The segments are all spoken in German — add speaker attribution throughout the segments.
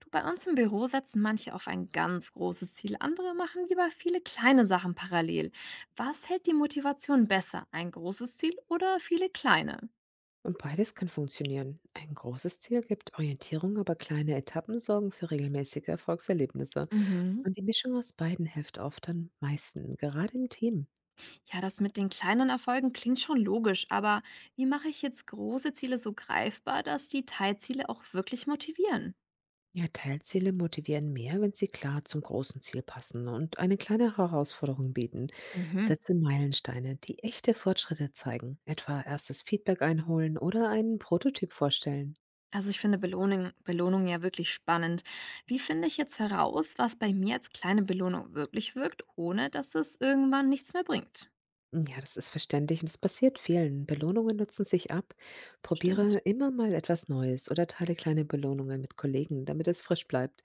Speaker 1: Du, bei uns im Büro setzen manche auf ein ganz großes Ziel, andere machen lieber viele kleine Sachen parallel. Was hält die Motivation besser, ein großes Ziel oder viele kleine?
Speaker 2: Und beides kann funktionieren. Ein großes Ziel gibt Orientierung, aber kleine Etappen sorgen für regelmäßige Erfolgserlebnisse.
Speaker 1: Mhm.
Speaker 2: Und die Mischung aus beiden hilft oft am meisten, gerade im Team.
Speaker 1: Ja, das mit den kleinen Erfolgen klingt schon logisch, aber wie mache ich jetzt große Ziele so greifbar, dass die Teilziele auch wirklich motivieren?
Speaker 2: Ja, Teilziele motivieren mehr, wenn sie klar zum großen Ziel passen und eine kleine Herausforderung bieten.
Speaker 1: Mhm.
Speaker 2: Setze Meilensteine, die echte Fortschritte zeigen, etwa erstes Feedback einholen oder einen Prototyp vorstellen.
Speaker 1: Also ich finde Belohnung ja wirklich spannend. Wie finde ich jetzt heraus, was bei mir als kleine Belohnung wirklich wirkt, ohne dass es irgendwann nichts mehr bringt?
Speaker 2: Ja, das ist verständlich und es passiert vielen. Belohnungen nutzen sich ab. Probiere
Speaker 1: Stimmt.
Speaker 2: immer mal etwas Neues oder teile kleine Belohnungen mit Kollegen, damit es frisch bleibt.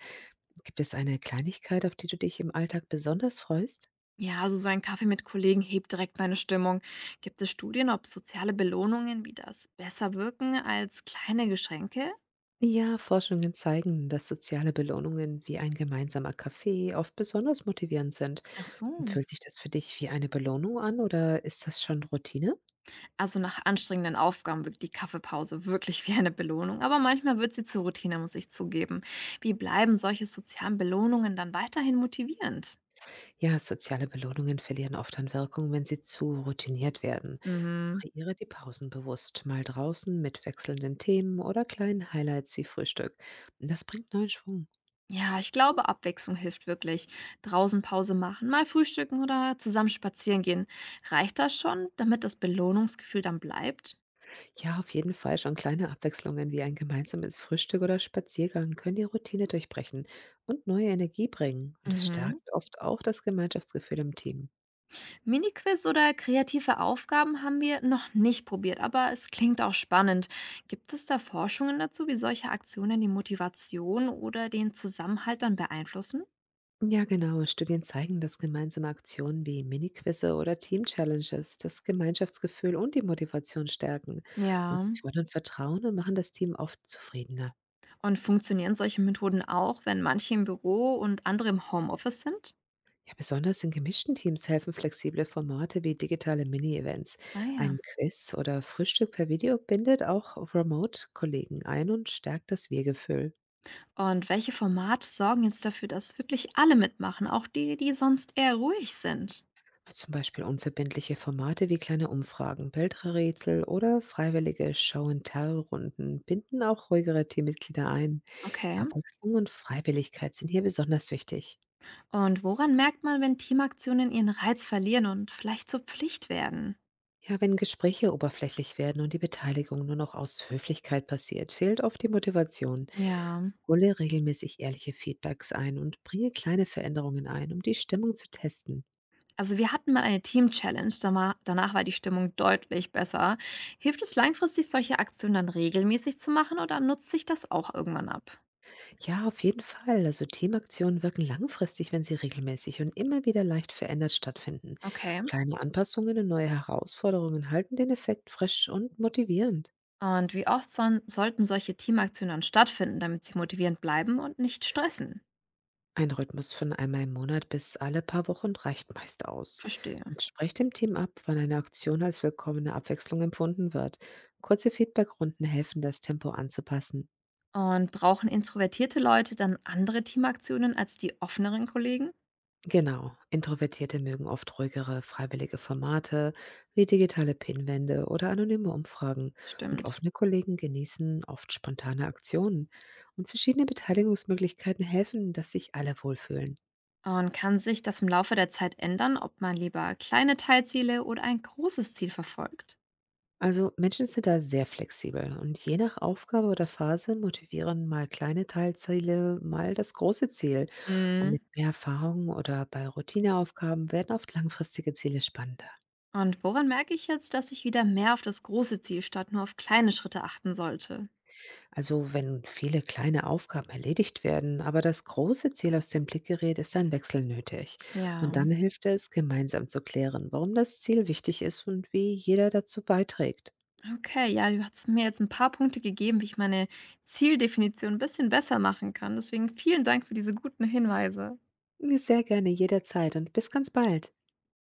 Speaker 2: Gibt es eine Kleinigkeit, auf die du dich im Alltag besonders freust?
Speaker 1: Ja, also so ein Kaffee mit Kollegen hebt direkt meine Stimmung. Gibt es Studien, ob soziale Belohnungen wie das besser wirken als kleine Geschenke?
Speaker 2: Ja, Forschungen zeigen, dass soziale Belohnungen wie ein gemeinsamer Kaffee oft besonders motivierend sind.
Speaker 1: Ach so.
Speaker 2: Fühlt sich das für dich wie eine Belohnung an oder ist das schon Routine?
Speaker 1: Also nach anstrengenden Aufgaben wirkt die Kaffeepause wirklich wie eine Belohnung, aber manchmal wird sie zur Routine, muss ich zugeben. Wie bleiben solche sozialen Belohnungen dann weiterhin motivierend?
Speaker 2: Ja, soziale Belohnungen verlieren oft an Wirkung, wenn sie zu routiniert werden.
Speaker 1: Mhm.
Speaker 2: Variiere die Pausen bewusst, mal draußen mit wechselnden Themen oder kleinen Highlights wie Frühstück. Das bringt neuen Schwung.
Speaker 1: Ja, ich glaube, Abwechslung hilft wirklich. Draußen Pause machen, mal frühstücken oder zusammen spazieren gehen. Reicht das schon, damit das Belohnungsgefühl dann bleibt?
Speaker 2: Ja, auf jeden Fall schon kleine Abwechslungen wie ein gemeinsames Frühstück oder Spaziergang können die Routine durchbrechen und neue Energie bringen. Und es
Speaker 1: Mhm.
Speaker 2: stärkt oft auch das Gemeinschaftsgefühl im Team.
Speaker 1: Miniquiz oder kreative Aufgaben haben wir noch nicht probiert, aber es klingt auch spannend. Gibt es da Forschungen dazu, wie solche Aktionen die Motivation oder den Zusammenhalt dann beeinflussen?
Speaker 2: Ja, genau. Studien zeigen, dass gemeinsame Aktionen wie Mini-Quizze oder Team-Challenges das Gemeinschaftsgefühl und die Motivation stärken. Und
Speaker 1: Ja.
Speaker 2: sie fördern Vertrauen und machen das Team oft zufriedener.
Speaker 1: Und funktionieren solche Methoden auch, wenn manche im Büro und andere im Homeoffice sind?
Speaker 2: Besonders in gemischten Teams helfen flexible Formate wie digitale Mini-Events.
Speaker 1: Ah ja.
Speaker 2: Ein Quiz oder Frühstück per Video bindet auch Remote-Kollegen ein und stärkt das Wir-Gefühl.
Speaker 1: Und welche Formate sorgen jetzt dafür, dass wirklich alle mitmachen, auch die, die sonst eher ruhig sind?
Speaker 2: Zum Beispiel unverbindliche Formate wie kleine Umfragen, Bildrätsel oder freiwillige Show-and-Tell-Runden binden auch ruhigere Teammitglieder ein.
Speaker 1: Okay.
Speaker 2: Abwechslung und Freiwilligkeit sind hier besonders wichtig.
Speaker 1: Und woran merkt man, wenn Teamaktionen ihren Reiz verlieren und vielleicht zur Pflicht werden?
Speaker 2: Ja, wenn Gespräche oberflächlich werden und die Beteiligung nur noch aus Höflichkeit passiert, fehlt oft die Motivation.
Speaker 1: Ja.
Speaker 2: Hole regelmäßig ehrliche Feedbacks ein und bringe kleine Veränderungen ein, um die Stimmung zu testen.
Speaker 1: Also wir hatten mal eine Team-Challenge, danach war die Stimmung deutlich besser. Hilft es langfristig, solche Aktionen dann regelmäßig zu machen oder nutzt sich das auch irgendwann ab?
Speaker 2: Ja, auf jeden Fall. Also Teamaktionen wirken langfristig, wenn sie regelmäßig und immer wieder leicht verändert stattfinden.
Speaker 1: Okay.
Speaker 2: Kleine Anpassungen und neue Herausforderungen halten den Effekt frisch und motivierend.
Speaker 1: Und wie oft sollten solche Teamaktionen dann stattfinden, damit sie motivierend bleiben und nicht stressen?
Speaker 2: Ein Rhythmus von einmal im Monat bis alle paar Wochen reicht meist aus.
Speaker 1: Verstehe.
Speaker 2: Und sprecht dem Team ab, wann eine Aktion als willkommene Abwechslung empfunden wird. Kurze Feedbackrunden helfen, das Tempo anzupassen.
Speaker 1: Und brauchen introvertierte Leute dann andere Teamaktionen als die offeneren Kollegen?
Speaker 2: Genau. Introvertierte mögen oft ruhigere, freiwillige Formate wie digitale Pinwände oder anonyme Umfragen. Und
Speaker 1: Stimmt.
Speaker 2: offene Kollegen genießen oft spontane Aktionen. Und verschiedene Beteiligungsmöglichkeiten helfen, dass sich alle wohlfühlen.
Speaker 1: Und kann sich das im Laufe der Zeit ändern, ob man lieber kleine Teilziele oder ein großes Ziel verfolgt?
Speaker 2: Also Menschen sind da sehr flexibel und je nach Aufgabe oder Phase motivieren mal kleine Teilziele, mal das große Ziel. Und
Speaker 1: Mm.
Speaker 2: mit mehr Erfahrung oder bei Routineaufgaben werden oft langfristige Ziele spannender.
Speaker 1: Und woran merke ich jetzt, dass ich wieder mehr auf das große Ziel statt nur auf kleine Schritte achten sollte?
Speaker 2: Also wenn viele kleine Aufgaben erledigt werden, aber das große Ziel aus dem Blick gerät, ist ein Wechsel nötig.
Speaker 1: Ja.
Speaker 2: Und dann hilft es, gemeinsam zu klären, warum das Ziel wichtig ist und wie jeder dazu beiträgt.
Speaker 1: Okay, ja, du hast mir jetzt ein paar Punkte gegeben, wie ich meine Zieldefinition ein bisschen besser machen kann. Deswegen vielen Dank für diese guten Hinweise.
Speaker 2: Sehr gerne jederzeit und bis ganz bald.